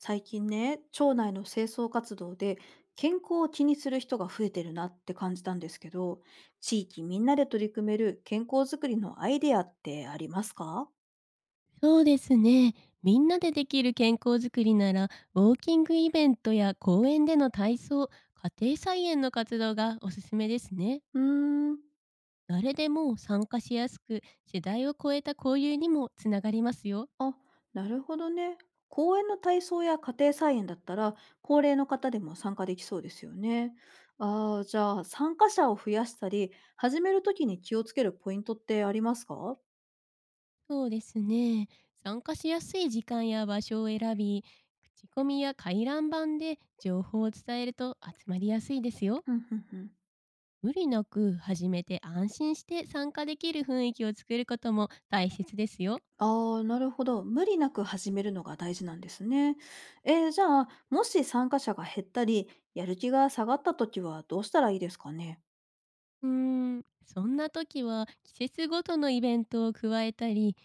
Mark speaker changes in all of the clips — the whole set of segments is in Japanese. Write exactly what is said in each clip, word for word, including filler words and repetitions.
Speaker 1: 最近ね、町内の清掃活動で健康を気にする人が増えてるなって感じたんですけど、地域みんなで取り組める健康づくりのアイデアってありますか？
Speaker 2: そうですね。みんなでできる健康づくりなら、ウォーキングイベントや公園での体操、家庭菜園の活動がおすすめですね。
Speaker 1: うーん。
Speaker 2: 誰でも参加しやすく、世代を超えた交流にもつながりますよ。
Speaker 1: あ、なるほどね。公園の体操や家庭菜園だったら、高齢の方でも参加できそうですよね。ああ、じゃあ参加者を増やしたり、始めるときに気をつけるポイントってありますか？
Speaker 2: そうですね。参加しやすい時間や場所を選び、口コミや回覧板で情報を伝えると集まりやすいですよ。
Speaker 1: うんうんうん。
Speaker 2: 無理なく始めて安心して参加できる雰囲気を作ることも大切ですよ。
Speaker 1: ああ、なるほど。無理なく始めるのが大事なんですね。えー、じゃあ、もし参加者が減ったり、やる気が下がった時はどうしたらいいですかね？
Speaker 2: うーん、そんな時は季節ごとのイベントを加えたり、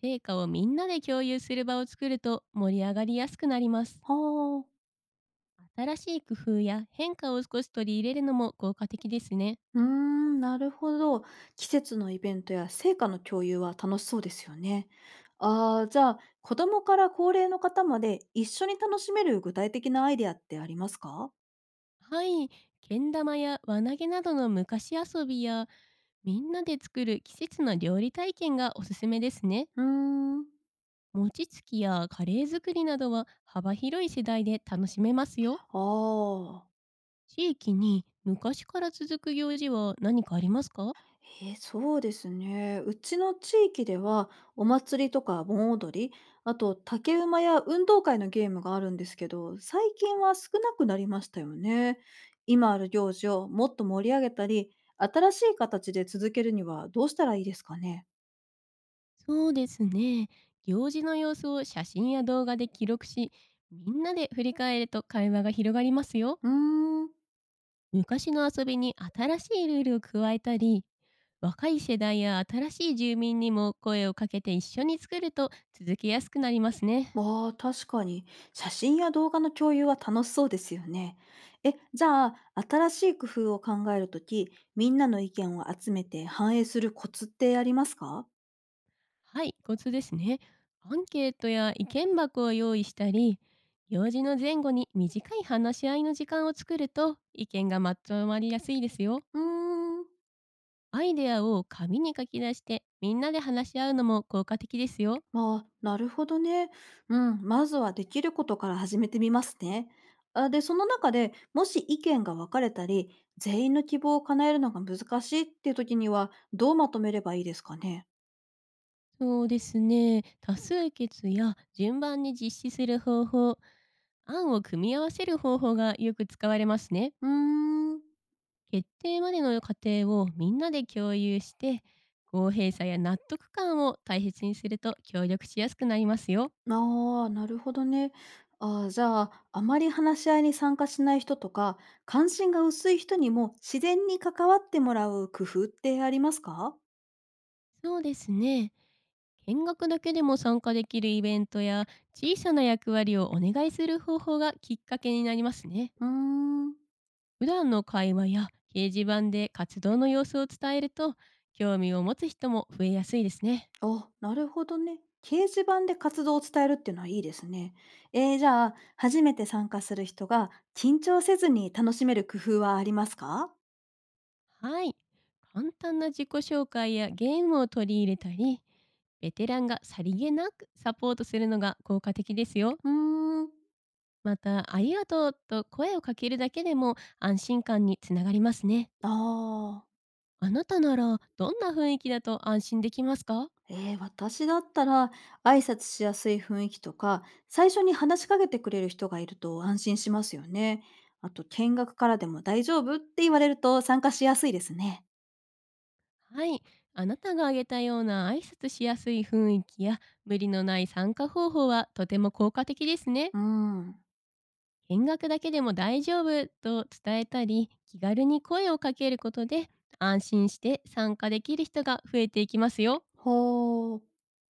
Speaker 2: 成果をみんなで共有する場を作ると盛り上がりやすくなります。
Speaker 1: はあ。
Speaker 2: 新しい工夫や変化を少し取り入れるのも効果的ですね。
Speaker 1: うーん、なるほど。季節のイベントや成果の共有は楽しそうですよね。ああ、じゃあ、子供から高齢の方まで一緒に楽しめる具体的なアイデアってありますか？
Speaker 2: はい、けん玉や輪投げなどの昔遊びや、みんなで作る季節の料理体験がおすすめですね。
Speaker 1: うーん。
Speaker 2: 餅つきやカレー作りなどは幅広い世代で楽しめますよ。
Speaker 1: ああ。
Speaker 2: 地域に昔から続く行事は何かありますか？
Speaker 1: へえ、そうですね。うちの地域では、お祭りとか盆踊り、あと竹馬や運動会のゲームがあるんですけど、最近は少なくなりましたよね。今ある行事をもっと盛り上げたり、新しい形で続けるにはどうしたらいいですかね。
Speaker 2: そうですね。行事の様子を写真や動画で記録し、みんなで振り返ると会話が広がりますよ。
Speaker 1: うーん。
Speaker 2: 昔の遊びに新しいルールを加えたり、若い世代や新しい住民にも声をかけて一緒に作ると続けやすくなりますね。
Speaker 1: まあ確かに、写真や動画の共有は楽しそうですよね。え、じゃあ、新しい工夫を考えるとき、みんなの意見を集めて反映するコツってありますか？
Speaker 2: はい、コツですね。アンケートや意見箱を用意したり、行事の前後に短い話し合いの時間を作ると意見がまとまりやすいですよ。
Speaker 1: うーん。
Speaker 2: アイデアを紙に書き出してみんなで話し合うのも効果的ですよ。
Speaker 1: まあ、なるほどね。うん、まずはできることから始めてみますね。あで、その中でもし意見が分かれたり、全員の希望を叶えるのが難しいっていう時には、どうまとめればいいですかね。
Speaker 2: そうですね。多数決や順番に実施する方法、案を組み合わせる方法がよく使われますね。
Speaker 1: うーん。
Speaker 2: 決定までの過程をみんなで共有して、公平さや納得感を大切にすると協力しやすくなりますよ。
Speaker 1: ああ、なるほどね。あーじゃあ、あまり話し合いに参加しない人とか、関心が薄い人にも自然に関わってもらう工夫ってありますか？
Speaker 2: そうですね。見学だけでも参加できるイベントや小さな役割をお願いする方法がきっかけになりますね。
Speaker 1: うーん。
Speaker 2: 普段の会話や掲示板で活動の様子を伝えると興味を持つ人も増えやすいですね。
Speaker 1: あ、なるほどね。掲示板で活動を伝えるっていうのはいいですね。えー、じゃあ、初めて参加する人が緊張せずに楽しめる工夫はありますか？
Speaker 2: はい。簡単な自己紹介やゲームを取り入れたり、ベテランがさりげなくサポートするのが効果的ですよ。
Speaker 1: うーん。
Speaker 2: また、ありがとうと声をかけるだけでも安心感につながりますね。
Speaker 1: ああ。
Speaker 2: あなたならどんな雰囲気だと安心できますか？
Speaker 1: えー、私だったら挨拶しやすい雰囲気とか、最初に話しかけてくれる人がいると安心しますよね。あと、見学からでも大丈夫って言われると参加しやすいですね。
Speaker 2: はい。あなたが挙げたような挨拶しやすい雰囲気や無理のない参加方法はとても効果的ですね。
Speaker 1: うん。
Speaker 2: 見学だけでも大丈夫と伝えたり、気軽に声をかけることで安心して参加できる人が増えていきますよ。
Speaker 1: ほう。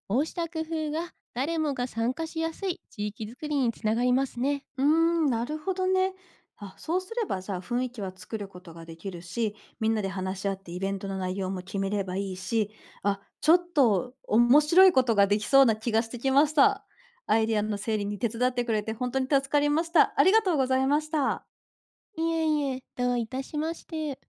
Speaker 2: こうした工夫が誰もが参加しやすい地域づくりにつながりますね。
Speaker 1: うーん、なるほどね。あ、そうすればじゃあ雰囲気は作ることができるし、みんなで話し合ってイベントの内容も決めればいいし、あ、ちょっと面白いことができそうな気がしてきました。アイディアの整理に手伝ってくれて本当に助かりました。ありがとうございました。
Speaker 2: いえいえ、どういたしまして。